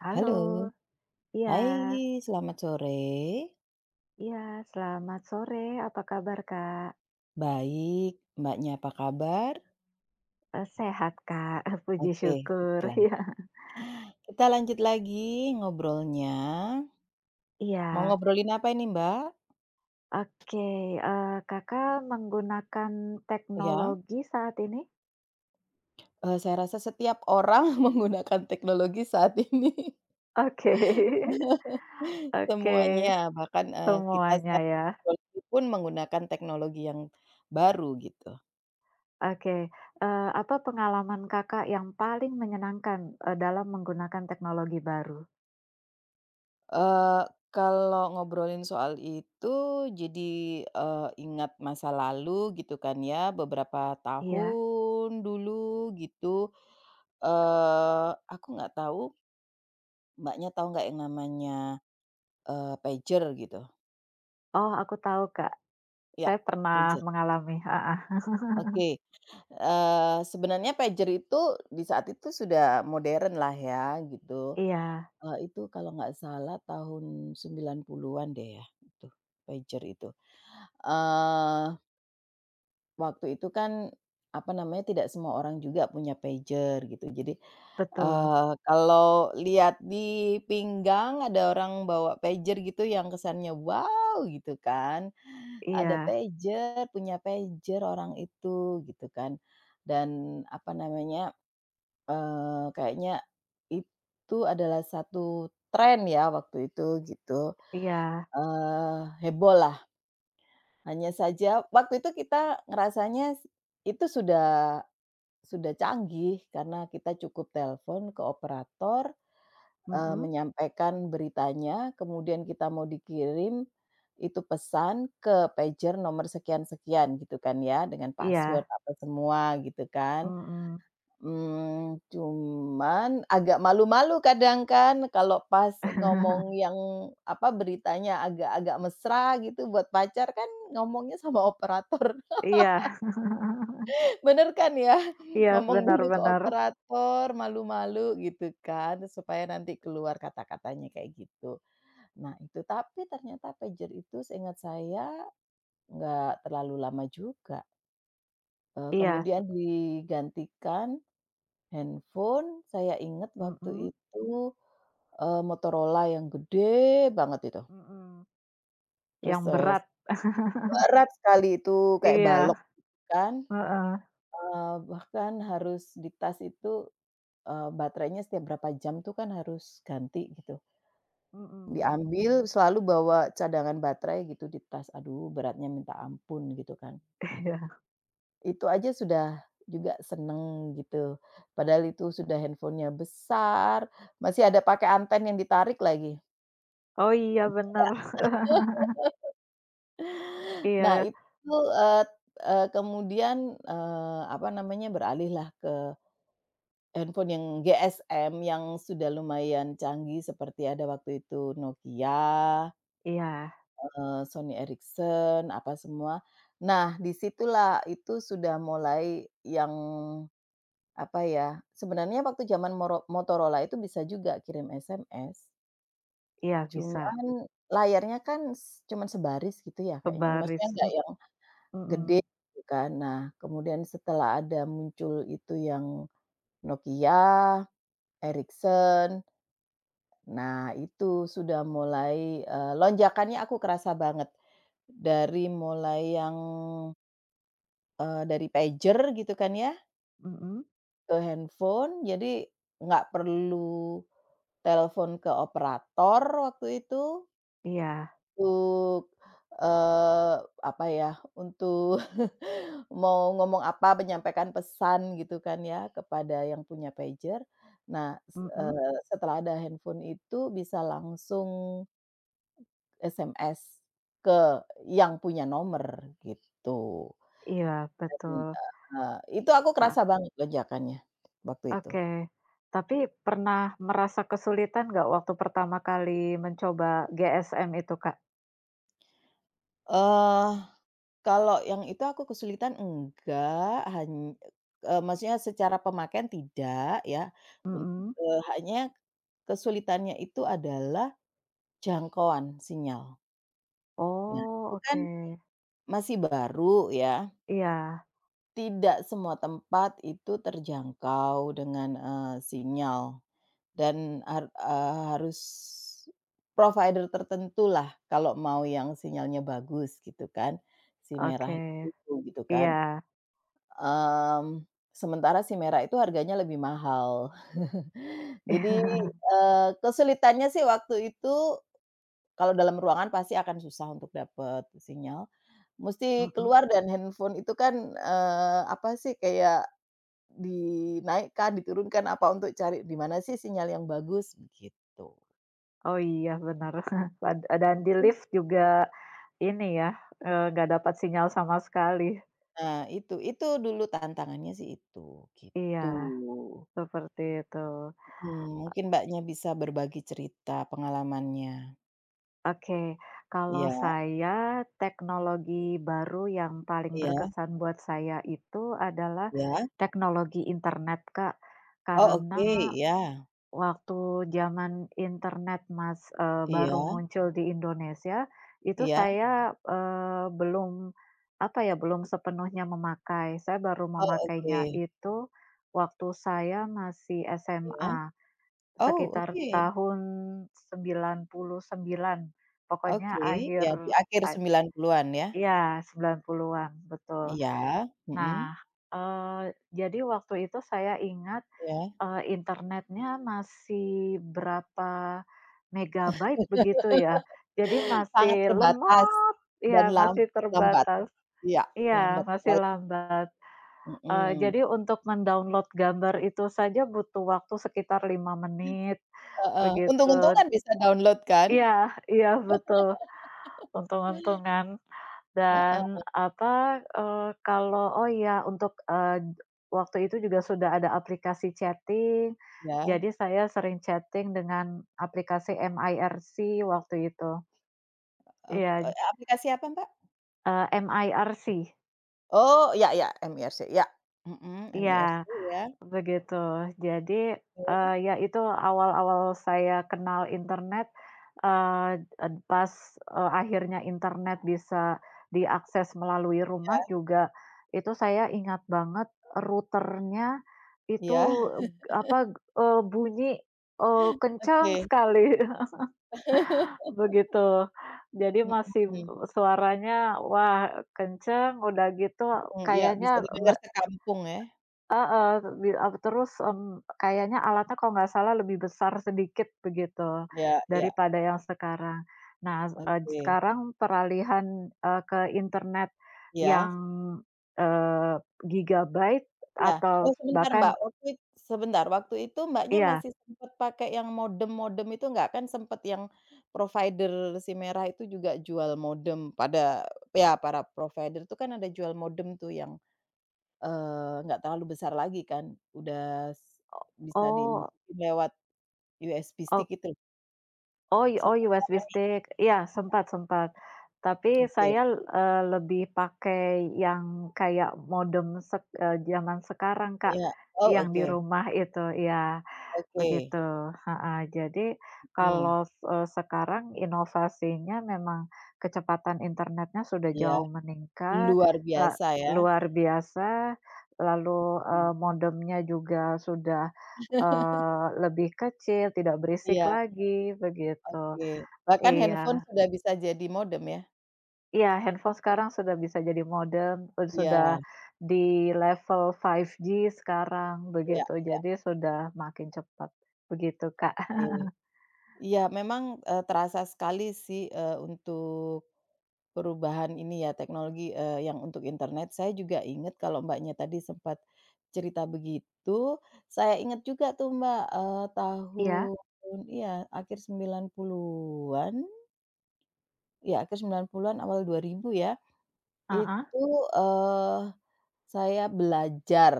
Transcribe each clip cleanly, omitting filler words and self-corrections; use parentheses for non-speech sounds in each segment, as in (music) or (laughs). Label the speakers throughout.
Speaker 1: Halo,
Speaker 2: Halo,
Speaker 1: iya
Speaker 2: hai, selamat sore.
Speaker 1: iya, selamat sore, apa kabar, Kak?
Speaker 2: Baik, Mbaknya apa kabar?
Speaker 1: Sehat, Kak, (laughs) puji
Speaker 2: Oke,
Speaker 1: syukur, (laughs)
Speaker 2: syukurlah.
Speaker 1: iya.
Speaker 2: Kita lanjut lagi ngobrolnya. Mau
Speaker 1: Iya,
Speaker 2: ngobrolin apa ini Mbak?
Speaker 1: oke, eee, Kakak menggunakan
Speaker 2: Ya,
Speaker 1: teknologi saat ini?
Speaker 2: saya rasa setiap orang (laughs) menggunakan teknologi saat ini (laughs)
Speaker 1: Oke, (laughs)
Speaker 2: semuanya,
Speaker 1: oke,
Speaker 2: bahkan, kita
Speaker 1: semuanya
Speaker 2: sekarang
Speaker 1: ya,
Speaker 2: pun menggunakan teknologi yang baru gitu.
Speaker 1: oke, apa pengalaman Kakak yang paling menyenangkan, dalam menggunakan teknologi baru?
Speaker 2: Eee, kalau ngobrolin soal itu jadi, ingat masa lalu gitu kan ya, beberapa
Speaker 1: Iya,
Speaker 2: tahun dulu gitu, aku nggak tahu Mbaknya tahu nggak yang namanya, pager gitu?
Speaker 1: oh, aku tahu, Kak,
Speaker 2: Ya,
Speaker 1: saya pernah
Speaker 2: pager.
Speaker 1: mengalami, Ah. (laughs)
Speaker 2: Oke, sebenarnya pager itu di saat itu sudah modern lah ya gitu,
Speaker 1: Iya,
Speaker 2: itu kalau nggak salah tahun 90-an deh ya itu, pager itu, eee Waktu itu kan, apa namanya, tidak semua orang juga punya pager gitu. Jadi,
Speaker 1: betul,
Speaker 2: kalau lihat di pinggang ada orang bawa pager gitu yang kesannya, "Wow!" gitu kan, ada
Speaker 1: iya.
Speaker 2: pager, punya pager orang itu gitu kan. Dan, apa namanya, kayaknya itu adalah satu tren ya waktu itu gitu,
Speaker 1: Iya,
Speaker 2: eee, heboh lah. Hanya saja waktu itu kita ngerasanya itu sudah canggih karena kita cukup telepon ke operator,
Speaker 1: mhm,
Speaker 2: menyampaikan beritanya, kemudian kita mau dikirim itu pesan ke pager nomor sekian-sekian gitu kan ya, dengan password
Speaker 1: iya,
Speaker 2: apa semua gitu kan.
Speaker 1: mhm.
Speaker 2: Cuman agak malu-malu kadang kan kalau pas ngomong
Speaker 1: (laughs)
Speaker 2: yang apa, beritanya agak-agak mesra gitu buat pacar kan ngomongnya sama operator.
Speaker 1: Iya. (laughs)
Speaker 2: Bener kan ya?
Speaker 1: Iya,
Speaker 2: Ngomong dulu ke
Speaker 1: benar-benar,
Speaker 2: operator, malu-malu gitu kan, supaya nanti keluar kata-katanya kayak gitu. Nah itu, tapi ternyata pager itu seingat saya nggak terlalu lama juga,
Speaker 1: Iya, s
Speaker 2: kemudian digantikan handphone, saya ingat waktu
Speaker 1: mhm,
Speaker 2: itu, Motorola yang gede banget itu.
Speaker 1: mhm.
Speaker 2: Terus,
Speaker 1: Yang berat.
Speaker 2: berat sekali itu kayak
Speaker 1: Iya,
Speaker 2: balok kan,
Speaker 1: heeh,
Speaker 2: bahkan harus di tas itu. Baterainya setiap berapa jam tuh kan harus ganti gitu.
Speaker 1: mhm.
Speaker 2: Diambil selalu bawa cadangan baterai gitu di tas, aduh beratnya minta ampun gitu kan.
Speaker 1: Iya.
Speaker 2: Itu aja sudah juga seneng gitu, padahal itu sudah handphone-nya besar, masih ada pakai anten yang ditarik lagi.
Speaker 1: Oh iya, benar, (laughs)
Speaker 2: Nah
Speaker 1: Iya
Speaker 2: itu, eee eee, kemudian, apa namanya, beralihlah ke handphone yang GSM yang sudah lumayan canggih seperti ada waktu itu Nokia.
Speaker 1: iya
Speaker 2: Sony Ericsson apa semua. Nah, disitulah itu sudah mulai yang, apa ya, sebenarnya waktu zaman Motorola itu bisa juga kirim SMS,
Speaker 1: iya, bisa
Speaker 2: cuman layarnya kan cuman sebaris gitu ya kayaknya, maksudnya
Speaker 1: kebaris, m
Speaker 2: nggak yang
Speaker 1: mhm,
Speaker 2: gede gitu kan. Nah, kemudian setelah ada muncul itu yang Nokia, Ericsson. Nah itu sudah mulai, lonjakannya aku kerasa banget. Dari mulai yang dari pager gitu kan ya,
Speaker 1: mhm,
Speaker 2: ke handphone, jadi nggak perlu telepon ke operator waktu itu
Speaker 1: iya,
Speaker 2: untuk, eee, apa ya, untuk (laughs) mau ngomong apa, menyampaikan pesan gitu kan ya kepada yang punya pager. Nah,
Speaker 1: mhm,
Speaker 2: setelah ada handphone itu bisa langsung SMS ke yang punya nomor, gitu.
Speaker 1: iya, betul,
Speaker 2: Iya, heeh, itu aku
Speaker 1: heeh,
Speaker 2: kerasa banget lonjakannya waktu itu.
Speaker 1: oke. Tapi pernah merasa kesulitan nggak waktu pertama kali mencoba GSM itu, Kak?
Speaker 2: Eee, kalau yang itu aku kesulitan enggak, han maksudnya secara pemakaian tidak ya, un
Speaker 1: Mhm.
Speaker 2: hanya kesulitannya itu adalah jangkauan sinyal. Nah,
Speaker 1: Oh,
Speaker 2: itu kan
Speaker 1: oke.
Speaker 2: masih baru ya,
Speaker 1: Iya,
Speaker 2: tidak semua tempat itu terjangkau dengan, sinyal. Dan harus provider tertentu lah kalau mau yang sinyalnya bagus gitu kan, si merah
Speaker 1: oke.
Speaker 2: itu gitu kan,
Speaker 1: Iya.
Speaker 2: mmm, sementara si merah itu harganya lebih mahal. (laughs) Jadi,
Speaker 1: (laughs)
Speaker 2: kesulitannya sih waktu itu kalau dalam ruangan pasti akan susah untuk dapat sinyal, mesti
Speaker 1: Mhm.
Speaker 2: keluar dan handphone itu kan, apa sih kayak dinaikkan, diturunkan apa untuk cari di mana sih sinyal yang bagus, begitu.
Speaker 1: Oh, iya benar. (laughs) Dan di lift juga ini ya, nggak dapat sinyal sama sekali.
Speaker 2: Nah, itu dulu tantangannya sih itu,
Speaker 1: Iya,
Speaker 2: gitu.
Speaker 1: seperti itu.
Speaker 2: Mhm, mungkin Mbaknya bisa berbagi cerita pengalamannya.
Speaker 1: Oke, kalau
Speaker 2: Iya,
Speaker 1: saya teknologi baru yang paling
Speaker 2: iya,
Speaker 1: berkesan buat saya itu adalah
Speaker 2: iya.
Speaker 1: teknologi internet, Kak.
Speaker 2: Oh, oke,
Speaker 1: Karena
Speaker 2: iya,
Speaker 1: waktu zaman internet, Mas, baru
Speaker 2: iya,
Speaker 1: muncul di Indonesia, itu
Speaker 2: iya.
Speaker 1: saya, belum, apa ya, belum sepenuhnya memakai. Saya baru
Speaker 2: Oh, oke,
Speaker 1: memakainya itu waktu saya masih
Speaker 2: iya.
Speaker 1: SMA,
Speaker 2: Oh,
Speaker 1: sekitar
Speaker 2: oke,
Speaker 1: tahun 99 pokoknya
Speaker 2: oke,
Speaker 1: akhir
Speaker 2: iya di akhir
Speaker 1: a
Speaker 2: 90-an ya?
Speaker 1: iya, 90-an, betul.
Speaker 2: Iya, mhm,
Speaker 1: Nah, jadi waktu itu saya ingat
Speaker 2: iya.
Speaker 1: Internetnya masih berapa megabyte begitu ya. Jadi
Speaker 2: Sangat
Speaker 1: masih
Speaker 2: terbatas
Speaker 1: lemot,
Speaker 2: dan
Speaker 1: ya masih
Speaker 2: lambat,
Speaker 1: terbatas.
Speaker 2: iya,
Speaker 1: Iya,
Speaker 2: lambat
Speaker 1: masih
Speaker 2: sekali,
Speaker 1: lambat.
Speaker 2: mhm,
Speaker 1: Jadi untuk mendownload gambar itu saja butuh waktu sekitar 5 menit,
Speaker 2: heeh,
Speaker 1: begitu.
Speaker 2: untung-untungan bisa download kan?
Speaker 1: Iya iya betul, untung-untungan. Dan
Speaker 2: Heeh,
Speaker 1: apa, kalau oh iya untuk, waktu itu juga sudah ada aplikasi chatting,
Speaker 2: iya.
Speaker 1: jadi saya sering chatting dengan aplikasi MIRC waktu itu. Iya,
Speaker 2: Aplikasi apa, Mbak?
Speaker 1: MIRC,
Speaker 2: Oh, ya, ya, MIRC, ya, mhm, MIRC
Speaker 1: iya.
Speaker 2: ya,
Speaker 1: Begitu. Jadi,
Speaker 2: oke.
Speaker 1: ya itu awal-awal saya kenal internet, eee, ed pas, akhirnya internet bisa diakses melalui rumah juga, itu saya ingat banget routernya itu,
Speaker 2: Iya,
Speaker 1: eg apa, bunyi, kencang
Speaker 2: oke.
Speaker 1: sekali, (laughs)
Speaker 2: (laughs)
Speaker 1: begitu. Jadi masih
Speaker 2: Mhm,
Speaker 1: suaranya, wah kenceng, udah gitu
Speaker 2: mhm, iya, bisa
Speaker 1: kayaknya
Speaker 2: didengar sekampung, eh. Ya.
Speaker 1: heeh, terus, kayaknya alatnya kalau nggak salah lebih besar sedikit begitu,
Speaker 2: Iya, iya,
Speaker 1: daripada yang sekarang. Nah,
Speaker 2: oke.
Speaker 1: sekarang peralihan, ke internet
Speaker 2: Iya,
Speaker 1: yang, eee, gigabyte
Speaker 2: iya. Oh
Speaker 1: atau
Speaker 2: sebentar, Mbak,
Speaker 1: bahkan
Speaker 2: waktu it sebentar, waktu itu Mbaknya
Speaker 1: iya,
Speaker 2: masih sempet pakai yang modem-modem itu nggak? Kan sempet yang provider si merah itu juga jual modem pada ya, para provider itu kan ada jual modem tuh yang nggak terlalu besar lagi kan, udah s bisa
Speaker 1: oh
Speaker 2: dimasukin lewat USB
Speaker 1: oh
Speaker 2: stick itu.
Speaker 1: oh USB
Speaker 2: (unintelligible)
Speaker 1: stick, iya sempat sempat. Tapi
Speaker 2: Oke,
Speaker 1: saya, lebih pakai yang kayak modem zaman sekarang Kak,
Speaker 2: iya. Oh,
Speaker 1: yang di
Speaker 2: oke,
Speaker 1: rumah itu, iya.
Speaker 2: oke,
Speaker 1: Begitu, heeh. Jadi
Speaker 2: mhm,
Speaker 1: kalau, sekarang inovasinya memang kecepatan internetnya sudah
Speaker 2: iya,
Speaker 1: jauh meningkat,
Speaker 2: luar
Speaker 1: la
Speaker 2: biasa ya.
Speaker 1: luar biasa, lalu,
Speaker 2: Mhm.
Speaker 1: modemnya juga sudah,
Speaker 2: (laughs)
Speaker 1: lebih kecil, tidak berisik
Speaker 2: Iya,
Speaker 1: lagi, begitu.
Speaker 2: oke. Bahkan handphone
Speaker 1: Iya
Speaker 2: sudah bisa jadi modem ya?
Speaker 1: iya, handphone sekarang sudah bisa jadi modem, sudah
Speaker 2: Iya,
Speaker 1: di level 5G sekarang,
Speaker 2: iya,
Speaker 1: begitu.
Speaker 2: iya,
Speaker 1: Jadi sudah makin cepat, begitu, Kak.
Speaker 2: oke. Iya memang, terasa sekali sih, untuk perubahan ini ya teknologi, yang untuk internet. Saya juga inget kalau Mbaknya tadi sempat cerita begitu, saya inget juga tuh Mbak,
Speaker 1: Iya,
Speaker 2: tahun iya akhir 90-an, ya akhir 90-an awal 2000 ya,
Speaker 1: heeh.
Speaker 2: itu, eee, saya belajar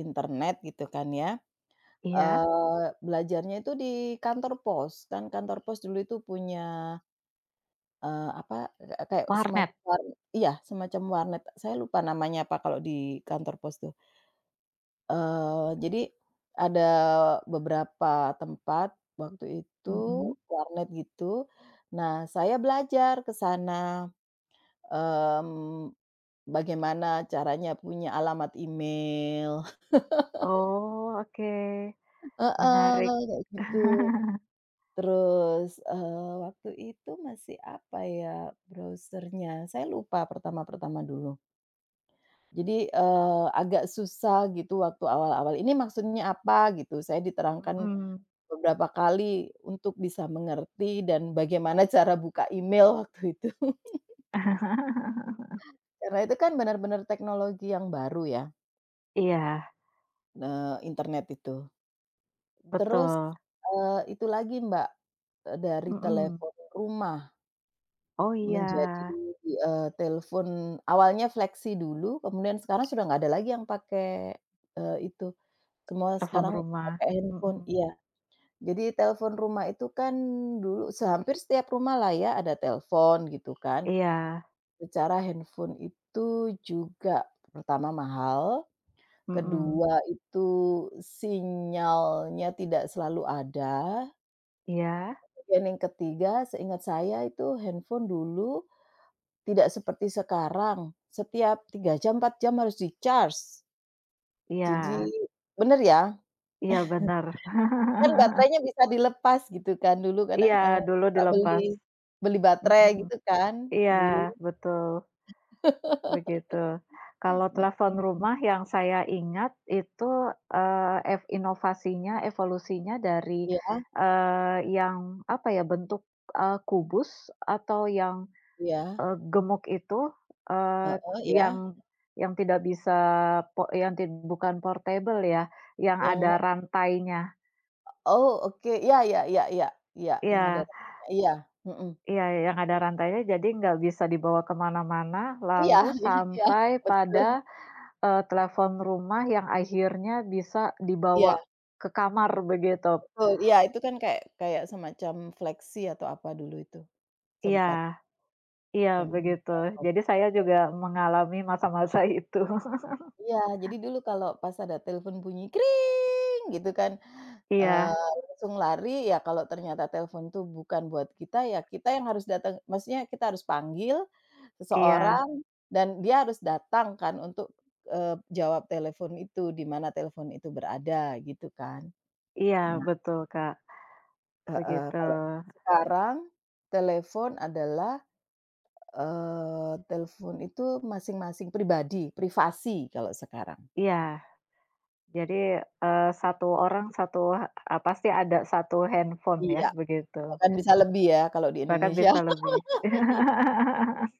Speaker 2: internet gitu kan ya,
Speaker 1: Iya.
Speaker 2: belajarnya itu di kantor pos, kan kantor pos dulu itu punya Eee, apa, kayak
Speaker 1: Warnet.
Speaker 2: semacam iya, semacam warnet, saya lupa namanya apa kalau di kantor pos tuh. Jadi ada beberapa tempat waktu itu
Speaker 1: Mhm.
Speaker 2: warnet gitu. Nah, saya belajar ke sana, mmm, bagaimana caranya punya alamat email
Speaker 1: Oh, oke.
Speaker 2: (laughs) heeh,
Speaker 1: Menarik.
Speaker 2: kayak gitu. Terus, waktu itu masih apa ya browser-nya, saya lupa pertama-pertama dulu. Jadi, agak susah gitu waktu awal-awal, "Ini maksudnya apa?" Gitu. Saya diterangkan
Speaker 1: Mhm.
Speaker 2: beberapa kali untuk bisa mengerti dan bagaimana (laughs) cara buka email waktu itu. (laughs)
Speaker 1: (laughs)
Speaker 2: Karena itu kan benar-benar teknologi yang baru ya,
Speaker 1: Iya,
Speaker 2: internet itu. Terus,
Speaker 1: betul.
Speaker 2: itu lagi Mbak, dari
Speaker 1: Mhm.
Speaker 2: telepon rumah
Speaker 1: Oh, iya,
Speaker 2: menjadi, telepon awalnya fleksi dulu, kemudian sekarang sudah nggak ada lagi yang pakai, itu. Semua
Speaker 1: telepon
Speaker 2: sekarang
Speaker 1: rumah.
Speaker 2: pakai handphone.
Speaker 1: Mhm.
Speaker 2: Iya. Jadi telepon rumah itu kan dulu hampir setiap rumah lah ya ada telepon gitu kan.
Speaker 1: Iya.
Speaker 2: Secara handphone itu juga pertama mahal,
Speaker 1: Mhm.
Speaker 2: kedua itu sinyalnya tidak selalu ada,
Speaker 1: Iya
Speaker 2: dan yang ketiga seingat saya itu handphone dulu tidak seperti sekarang, setiap 3 jam, 4 jam harus di-charge. Jadi
Speaker 1: iya
Speaker 2: benar ya?
Speaker 1: iya, bener. (laughs)
Speaker 2: Kan baterainya bisa dilepas gitu kan, dulu kadang,
Speaker 1: Iya, dulu
Speaker 2: suka beli
Speaker 1: dilepas.
Speaker 2: beli baterai
Speaker 1: Mhm.
Speaker 2: gitu kan
Speaker 1: Iya,
Speaker 2: dulu,
Speaker 1: betul. Begitu. Kalau
Speaker 2: mhm,
Speaker 1: telepon rumah yang saya ingat itu, eee, ev inovasinya, evolusinya dari,
Speaker 2: iya,
Speaker 1: yang apa ya, bentuk, kubus atau yang,
Speaker 2: iya,
Speaker 1: gemuk itu, eee,
Speaker 2: heeh, iya,
Speaker 1: yang tidak bisa po yang tid bukan portable ya, yang
Speaker 2: yang
Speaker 1: ada
Speaker 2: mana?
Speaker 1: rantainya.
Speaker 2: Oh, oke, iya, iya, iya, iya, iya, yang ada
Speaker 1: Iya
Speaker 2: rambutnya, iya, mhm,
Speaker 1: iya, yang ada rantainya jadi nggak bisa dibawa kemana mana
Speaker 2: iya,
Speaker 1: lalu
Speaker 2: iya, iya,
Speaker 1: sampai
Speaker 2: betul,
Speaker 1: pada telepon rumah yang akhirnya bisa dibawa
Speaker 2: iya
Speaker 1: ke kamar begitu.
Speaker 2: betul, iya itu kan kayak kayak semacam fleksi atau apa dulu itu, sempat
Speaker 1: Iya iya
Speaker 2: yang
Speaker 1: begitu.
Speaker 2: telkom.
Speaker 1: Jadi saya juga mengalami masa-masa (laughs) itu.
Speaker 2: Iya, jadi dulu kalau pas ada telepon bunyi gitu kan, Eee,
Speaker 1: Iya
Speaker 2: langsung lari, ya kalau ternyata telepon tuh bukan buat kita, ya kita yang harus datang maksudnya kita harus panggil
Speaker 1: iya
Speaker 2: seseorang dan dia harus datang kan untuk, eee, jawab telepon itu, di mana telepon itu berada, gitu kan.
Speaker 1: iya
Speaker 2: Nah
Speaker 1: betul, Kak,
Speaker 2: heeh,
Speaker 1: begitu.
Speaker 2: kalau sekarang telepon adalah, telepon itu masing-masing pribadi, privasi kalau sekarang.
Speaker 1: Iya, jadi, 1 orang satu ha pasti ada satu handphone ya
Speaker 2: Iya,
Speaker 1: begitu,
Speaker 2: bahkan bisa lebih ya kalau di
Speaker 1: bahkan
Speaker 2: Indonesia.
Speaker 1: bisa lebih. (laughs)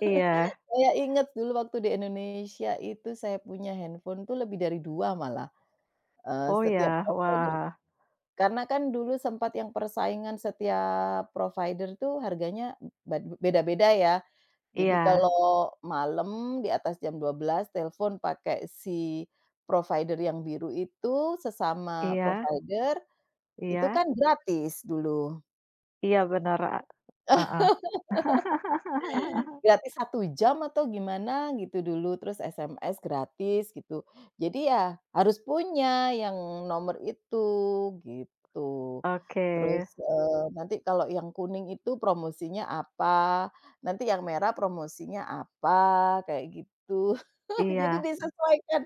Speaker 1: Iya,
Speaker 2: Saya ingat dulu waktu di Indonesia itu saya punya handphone tuh lebih dari 2 malah,
Speaker 1: oh
Speaker 2: setiap
Speaker 1: ya,
Speaker 2: provider.
Speaker 1: wah,
Speaker 2: Karena kan dulu sempat yang persaingan setiap provider tuh harganya beda-beda ya. Jadi
Speaker 1: iya
Speaker 2: kalau malam di atas jam 12.00 telepon pakai si provider yang biru itu sesama
Speaker 1: iya
Speaker 2: provider, itu kan
Speaker 1: iya
Speaker 2: gratis dulu.
Speaker 1: iya bener, heeh. (laughs)
Speaker 2: Gratis 1 jam atau gimana gitu dulu, terus SMS gratis gitu. Jadi ya harus punya yang nomor itu, gitu.
Speaker 1: Oke,
Speaker 2: Terus, nanti kalau yang kuning itu promosinya apa, nanti yang merah promosinya apa, kayak gitu. (laughs) Jadi
Speaker 1: iya.
Speaker 2: disesuaikan,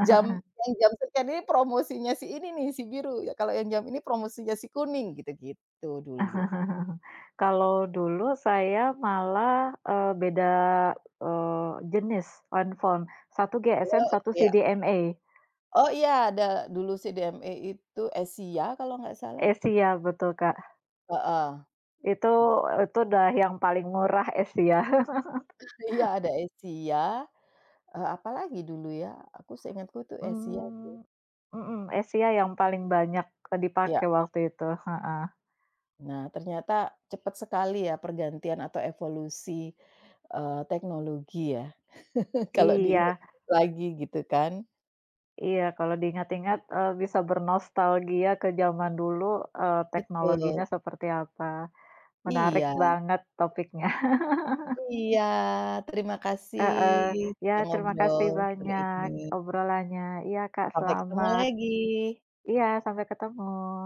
Speaker 2: jam jam sekian ini promosinya si ini nih, si biru, ya kalau yang jam ini promosinya si kuning, gitu-gitu dulu.
Speaker 1: Kalau dulu saya malah, beda, jenis handphone, satu
Speaker 2: Lo
Speaker 1: GSM, satu
Speaker 2: oke ya?
Speaker 1: CDMA.
Speaker 2: Oh iya ada dulu CDME itu Asia kalau nggak salah,
Speaker 1: Asia betul, Kak.
Speaker 2: heeh,
Speaker 1: Itu itu udah yang paling murah Asia. (laughs)
Speaker 2: iya ada Asia, apalagi dulu ya, aku seingatku tuh Asia
Speaker 1: Mmm, mhm, Asia yang paling banyak,
Speaker 2: ya.
Speaker 1: dipakai waktu itu, heeh.
Speaker 2: Nah ternyata cepat sekali ya pergantian atau evolusi, teknologi ya (laughs) kalau
Speaker 1: Iya
Speaker 2: diingat-ingat lagi gitu kan.
Speaker 1: iya, kalau diingat-ingat, bisa bernostalgia ke zaman dulu,
Speaker 2: Betul,
Speaker 1: teknologinya seperti apa. Menarik
Speaker 2: iya,
Speaker 1: banget topiknya, (laughs)
Speaker 2: iya, terima kasih
Speaker 1: heeh. Ya
Speaker 2: sudah
Speaker 1: terima kasih
Speaker 2: ngobrol sore ini,
Speaker 1: banyak obrolannya. Iya Kak,
Speaker 2: sampai ketemu
Speaker 1: selamat
Speaker 2: lagi.
Speaker 1: iya sampai ketemu.